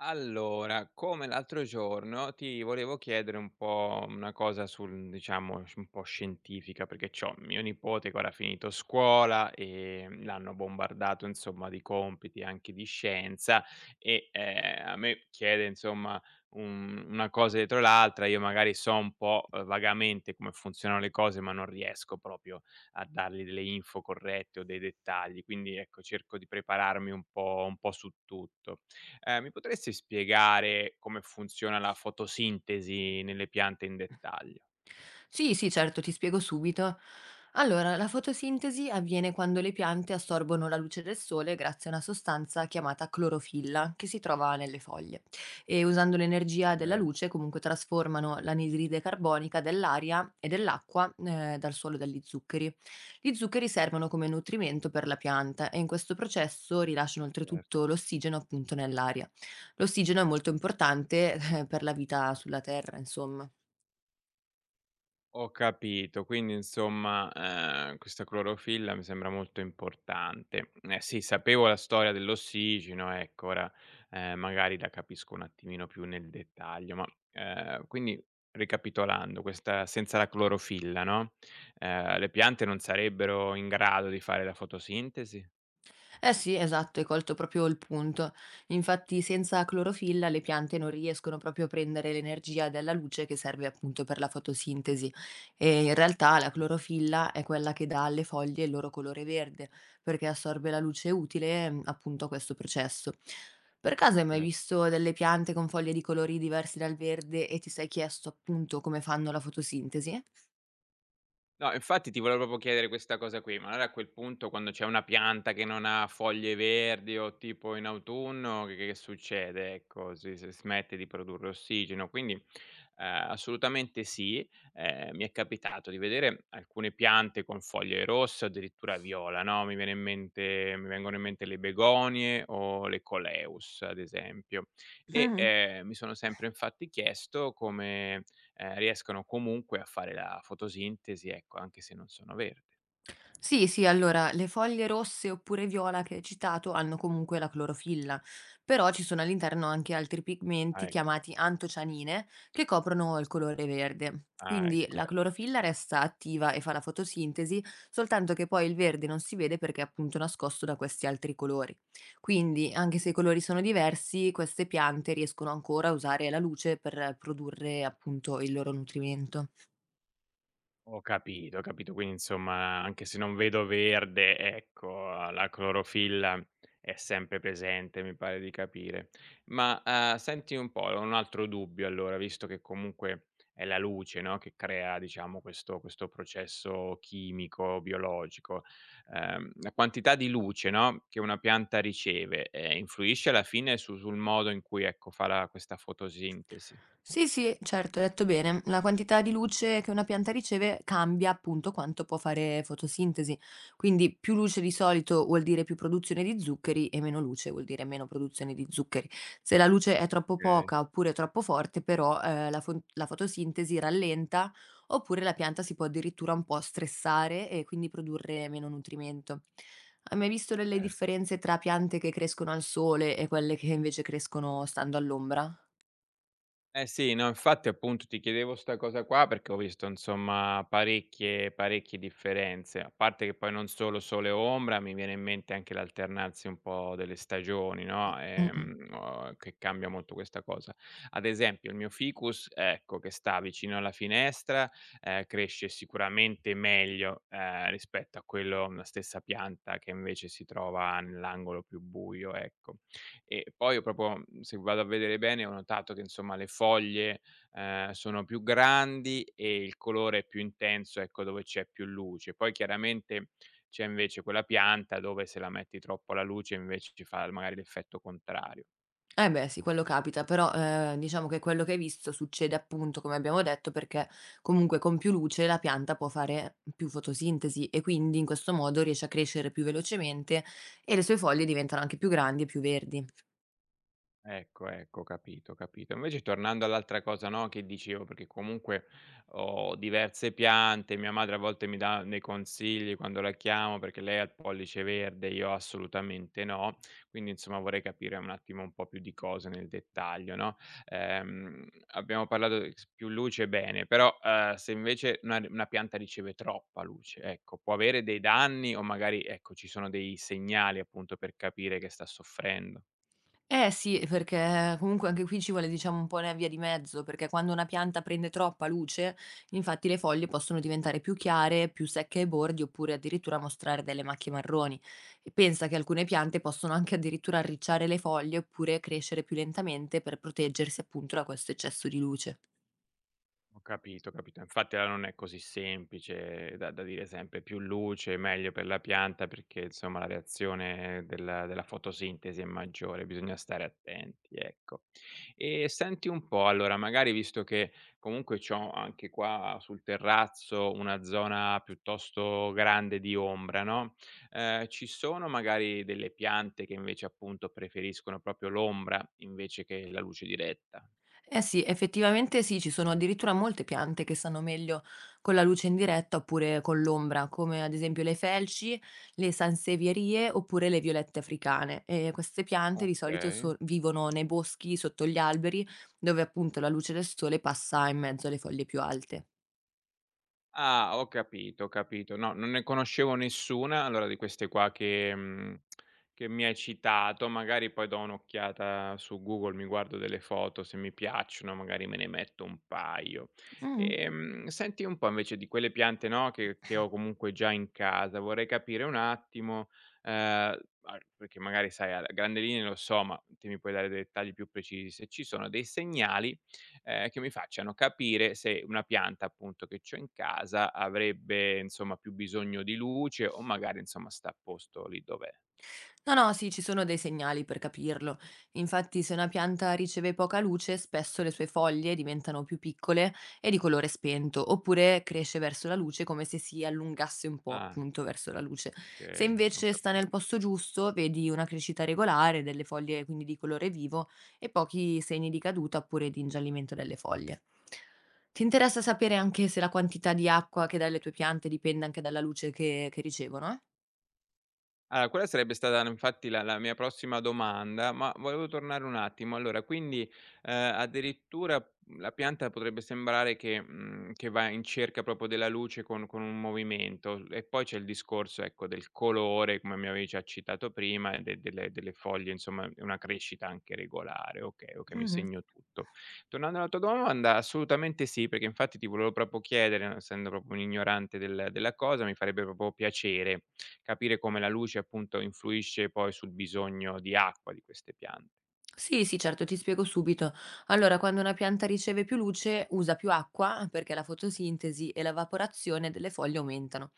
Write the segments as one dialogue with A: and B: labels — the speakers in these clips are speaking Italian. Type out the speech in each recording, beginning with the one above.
A: Allora, come l'altro giorno ti volevo chiedere un po' una cosa sul diciamo, sc un po' scientifica, perché c'ho mio nipote che ora ha finito scuola e l'hanno bombardato insomma di compiti anche di scienza e, a me chiede insomma un una cosa dietro l'altra, io magari so un po', vagamente come funzionano le cose, ma non riesco proprio a dargli delle info corrette o dei dettagli, quindi ecco cerco di prepararmi un po' su tutto. Mi potresti spiegare come funziona la fotosintesi nelle piante in dettaglio?
B: Sì, sì, certo, ti spiego subito. Allora, la fotosintesi avviene quando le piante assorbono la luce del sole grazie a una sostanza chiamata clorofilla che si trova nelle foglie e usando l'energia della
A: Okay,
B: luce comunque trasformano l'anidride carbonica dell'aria e dell'acqua dal suolo dagli zuccheri. Gli zuccheri servono come nutrimento per la pianta e in questo processo rilasciano
A: cer
B: oltretutto l'ossigeno appunto nell'aria. L'ossigeno è molto importante per la vita sulla Terra, insomma.
A: ho capito, quindi insomma, questa clorofilla mi sembra molto importante. Eh sì, sapevo la storia dell'ossigeno, ecco, ora, magari la capisco un attimino più nel dettaglio, ma, quindi ricapitolando, questa senza la clorofilla, no, le piante non sarebbero in grado di fare la fotosintesi?
B: Eh sì, esatto, hai colto proprio il punto. Infatti, senza clorofilla le piante non riescono proprio a prendere l'energia dalla luce che serve appunto per la fotosintesi. E in realtà la clorofilla è quella che dà alle foglie il loro colore verde, perché assorbe la luce utile appunto a questo processo. Per caso hai mai visto delle piante con foglie di colori diversi dal verde e ti sei chiesto appunto come fanno la fotosintesi?
A: No, infatti ti volevo proprio chiedere questa cosa qui, ma allora a quel punto quando c'è una pianta che non ha foglie verdi o tipo in autunno che succede? Ecco, si smette di produrre ossigeno, quindi, assolutamente sì. Mi è capitato di vedere alcune piante con foglie rosse o addirittura viola, no, mi vengono in mente le begonie o le coleus, ad esempio. E,
B: Mhm.
A: mi sono sempre infatti chiesto come riescano comunque a fare la fotosintesi, ecco, anche se non sono verde.
B: Sì, sì, allora le foglie rosse oppure viola che hai citato hanno comunque la clorofilla, però ci sono all'interno anche altri pigmenti
A: Ah ecco,
B: chiamati antocianine che coprono il colore verde.
A: ah
B: Quindi
A: ecco,
B: la clorofilla resta attiva e fa la fotosintesi, soltanto che poi il verde non si vede perché è appunto nascosto da questi altri colori. Quindi, anche se i colori sono diversi, queste piante riescono ancora a usare la luce per produrre appunto il loro nutrimento.
A: ho capito, ho capito. Quindi insomma, anche se non vedo verde, ecco, la clorofilla è sempre presente, mi pare di capire. Ma, senti un po', ho un altro dubbio allora, visto che comunque è la luce, no, che crea diciamo questo processo chimico, biologico, la quantità di luce, no, che una pianta riceve, influisce alla fine su sul modo in cui, ecco, fa la questa fotosintesi?
B: Sì, sì, certo, hai detto bene. La quantità di luce che una pianta riceve cambia appunto quanto può fare fotosintesi. Quindi più luce di solito vuol dire più produzione di zuccheri e meno luce vuol dire meno produzione di zuccheri. Se la luce è troppo
A: Okay,
B: poca oppure troppo forte, però la fotosintesi rallenta oppure la pianta si può addirittura un po' stressare e quindi produrre meno nutrimento. Hai mai visto delle
A: certo.
B: differenze tra piante che crescono al sole e quelle che invece crescono stando all'ombra?
A: Eh sì, no, infatti appunto ti chiedevo 'sta cosa qua perché ho visto insomma parecchie differenze. A parte che poi non solo sole e ombra, mi viene in mente anche l'alternarsi un po' delle stagioni, no,
B: Mm, mm.
A: che cambia molto questa cosa. Ad esempio il mio ficus, ecco, che sta vicino alla finestra, cresce sicuramente meglio, rispetto a quello la stessa pianta che invece si trova nell'angolo più buio, ecco. E poi io proprio, se vado a vedere bene, ho notato che insomma le foglie, sono più grandi e il colore è più intenso, ecco, dove c'è più luce. Poi chiaramente c'è invece quella pianta dove se la metti troppo alla luce invece ci fa magari l'effetto contrario.
B: Eh beh sì, quello capita, però, diciamo che quello che hai visto succede appunto, come abbiamo detto, perché comunque con più luce la pianta può fare più fotosintesi e quindi in questo modo riesce a crescere più velocemente e le sue foglie diventano anche più grandi e più verdi.
A: Ecco, ecco, capito, capito. Invece tornando all'altra cosa, no, che dicevo, perché comunque ho diverse piante, mia madre a volte mi dà dei consigli quando la chiamo perché lei ha il pollice verde, io assolutamente no, quindi insomma vorrei capire un attimo un po' più di cose nel dettaglio, no? Ehm, Abbiamo parlato di più luce, bene, però se invece una pianta riceve troppa luce, ecco, può avere dei danni o magari, ecco, ci sono dei segnali appunto per capire che sta soffrendo.
B: Eh sì, perché comunque anche qui ci vuole diciamo un po' una via di mezzo, perché quando una pianta prende troppa luce, infatti le foglie possono diventare più chiare, più secche ai bordi oppure addirittura mostrare delle macchie marroni. E pensa che alcune piante possono anche addirittura arricciare le foglie oppure crescere più lentamente per proteggersi appunto da questo eccesso di luce.
A: Ho capito, ho capito. Infatti allora non è così semplice da dire sempre più luce meglio per la pianta, perché insomma la reazione della fotosintesi è maggiore, bisogna stare attenti, ecco. E senti un po', allora magari visto che comunque c'ho anche qua sul terrazzo una zona piuttosto grande di ombra, no, ci sono magari delle piante che invece appunto preferiscono proprio l'ombra invece che la luce diretta?
B: Eh sì, effettivamente sì, ci sono addirittura molte piante che stanno meglio con la luce indiretta oppure con l'ombra, come ad esempio le felci, le sansevierie oppure le violette africane. E queste piante di solito
A: Okay.
B: vivono nei boschi, sotto gli alberi, dove appunto la luce del sole passa in mezzo alle foglie più alte.
A: Ah, ho capito, ho capito. No, non ne conoscevo nessuna, allora di queste qua che che mi hai citato. Magari poi do un'occhiata su Google, mi guardo delle foto, se mi piacciono magari me ne metto un paio.
B: Mm.
A: Senti un po' invece di quelle piante, no, che ho comunque già in casa, vorrei capire un attimo, a perché magari sai a grandi linee lo so, ma te mi puoi dare dei dettagli più precisi, se ci sono dei segnali che mi facciano capire se una pianta, appunto, che c'ho in casa avrebbe, insomma, più bisogno di luce o magari, insomma, sta a posto lì dov'è.
B: No, no, sì, ci sono dei segnali per capirlo. Infatti, se una pianta riceve poca luce, spesso le sue foglie diventano più piccole e di colore spento, oppure cresce verso la luce come se si allungasse un po',
A: Ah,
B: appunto, verso la luce. Se
A: okay, ho
B: invece sta
A: capito,
B: nel posto giusto, vedi una crescita regolare delle foglie, quindi di colore vivo, e pochi segni di caduta oppure di ingiallimento delle foglie. Ti interessa sapere
A: bene.
B: anche se la quantità di acqua che dai alle tue piante dipende anche dalla luce che ricevono, eh?
A: Allora, quella sarebbe stata n infatti la mia prossima domanda, ma volevo tornare un attimo. Allora, quindi, addirittura, la pianta potrebbe sembrare che che va in cerca proprio della luce con un movimento. E poi c'è il discorso, ecco, del colore, come mi avevi già citato prima, e de delle foglie, insomma, e una crescita anche regolare. Okay, okay, mi
B: Mhm.
A: segno tutto. Tornando alla tua domanda, assolutamente sì, perché infatti ti volevo proprio chiedere, essendo proprio un ignorante del della cosa, mi farebbe proprio piacere capire come la luce appunto influisce poi sul bisogno di acqua di queste piante.
B: Sì, sì, certo, ti spiego subito. Allora, quando una pianta riceve più luce, usa più acqua perché la fotosintesi e l'evaporazione delle foglie aumentano.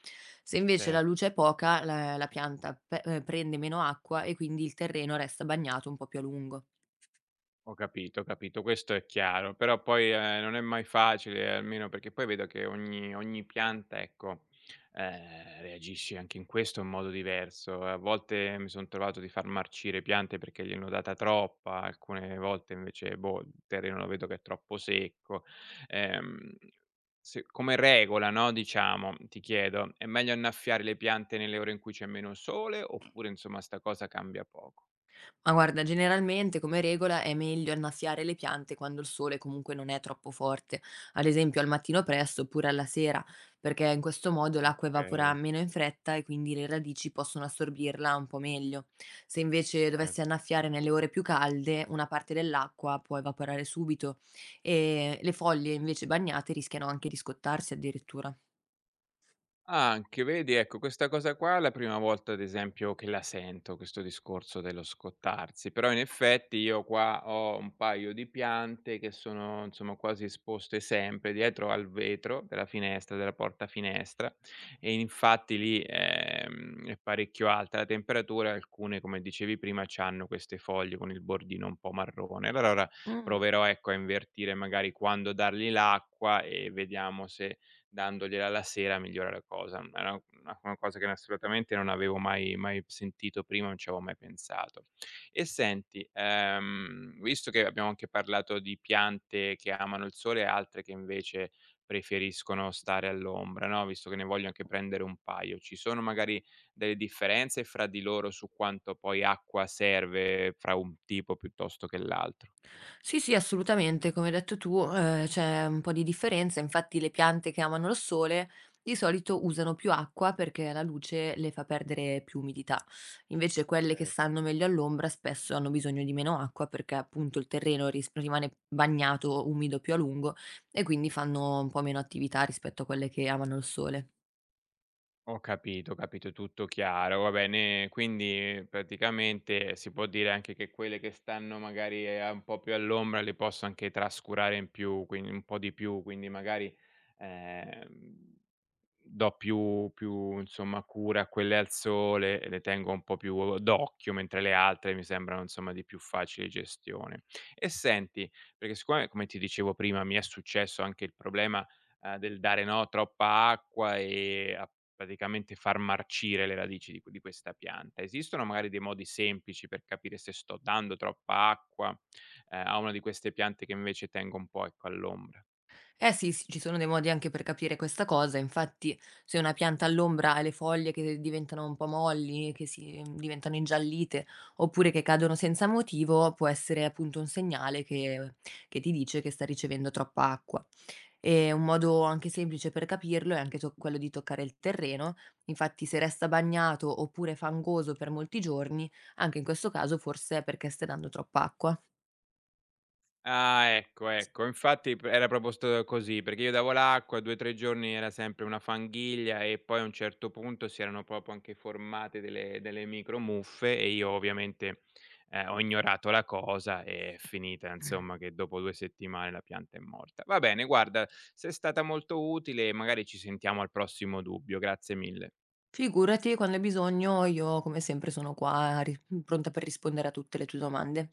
B: Se invece la
A: Cer
B: luce è poca, la pianta prende meno acqua e quindi il terreno resta bagnato un po' più a lungo.
A: Ho capito, questo è chiaro, però poi, non è mai facile, almeno perché poi vedo che ogni pianta, ecco, reagisce anche in questo in modo diverso. A volte mi son trovato di far marcire piante perché gliel'ho data troppa, alcune volte invece, boh, il terreno lo vedo che è troppo secco. Ehm, Se come regola, no, diciamo, ti chiedo, è meglio annaffiare le piante nelle ore in cui c'è meno sole, oppure insomma 'sta cosa cambia poco?
B: Ma guarda, generalmente come regola è meglio annaffiare le piante quando il sole comunque non è troppo forte, ad esempio al mattino presto oppure alla sera, perché in questo modo l'acqua evapora
A: Okay,
B: meno in fretta e quindi le radici possono assorbirla un po' meglio. Se invece
A: cer
B: dovessi annaffiare nelle ore più calde, una parte dell'acqua può evaporare subito e le foglie invece bagnate rischiano anche di scottarsi addirittura.
A: anche, vedi, ecco, questa cosa qua è la prima volta, ad esempio, che la sento, questo discorso dello scottarsi, però in effetti io qua ho un paio di piante che sono, insomma, quasi esposte sempre dietro al vetro della finestra, della porta finestra e infatti lì, è parecchio alta la temperatura, alcune, come dicevi prima, c'hanno queste foglie con il bordino un po' marrone. Allora ora
B: Mm.
A: proverò, ecco, a invertire magari quando dargli l'acqua e vediamo se dandogliela la sera migliora la cosa. Era una cosa che assolutamente non avevo mai sentito prima, non ci avevo mai pensato. E senti, visto che abbiamo anche parlato di piante che amano il sole e altre che invece preferiscono stare all'ombra, no, visto che ne voglio anche prendere un paio, ci sono magari delle differenze fra di loro su quanto poi acqua serve fra un tipo piuttosto che l'altro?
B: Sì, sì, assolutamente, come hai detto tu, c'è un po' di differenza. Infatti le piante che amano il sole di solito usano più acqua perché la luce le fa perdere più umidità. Invece quelle che stanno meglio all'ombra spesso hanno bisogno di meno acqua perché appunto il terreno ris rimane bagnato, umido più a lungo e quindi fanno un po' meno attività rispetto a quelle che amano il sole.
A: Ho capito, tutto chiaro. Va bene, quindi praticamente si può dire anche che quelle che stanno magari a un po' più all'ombra le posso anche trascurare in più, quindi un po' di più, quindi magari ehm do più insomma cura a quelle al sole e le tengo un po' più d'occhio, mentre le altre mi sembrano insomma di più facile gestione. E senti, perché siccome come ti dicevo prima mi è successo anche il problema, del dare, no, troppa acqua e a praticamente far marcire le radici di questa pianta, esistono magari dei modi semplici per capire se sto dando troppa acqua, a una di queste piante che invece tengo un po', ecco, all'ombra?
B: Eh sì, sì, ci sono dei modi anche per capire questa cosa, infatti se una pianta all'ombra ha le foglie che diventano un po' molli, che diventano ingiallite, oppure che cadono senza motivo, può essere appunto un segnale che ti dice che sta ricevendo troppa acqua. E un modo anche semplice per capirlo è quello di toccare il terreno, infatti se resta bagnato oppure fangoso per molti giorni, anche in questo caso forse è perché stai dando troppa acqua.
A: Ah, ecco, ecco. Infatti p era proprio sto così, perché io davo l'acqua, 2, 3 giorni era sempre una fanghiglia e poi a un certo punto si erano proprio anche formate delle micromuffe e io ovviamente, ho ignorato la cosa e è finita insomma che dopo 2 settimane la pianta è morta. Va bene guarda, sei stata molto utile e magari ci sentiamo al prossimo dubbio. Grazie mille.
B: Figurati, quando hai bisogno io come sempre sono qua, ri pronta per rispondere a tutte le tue domande.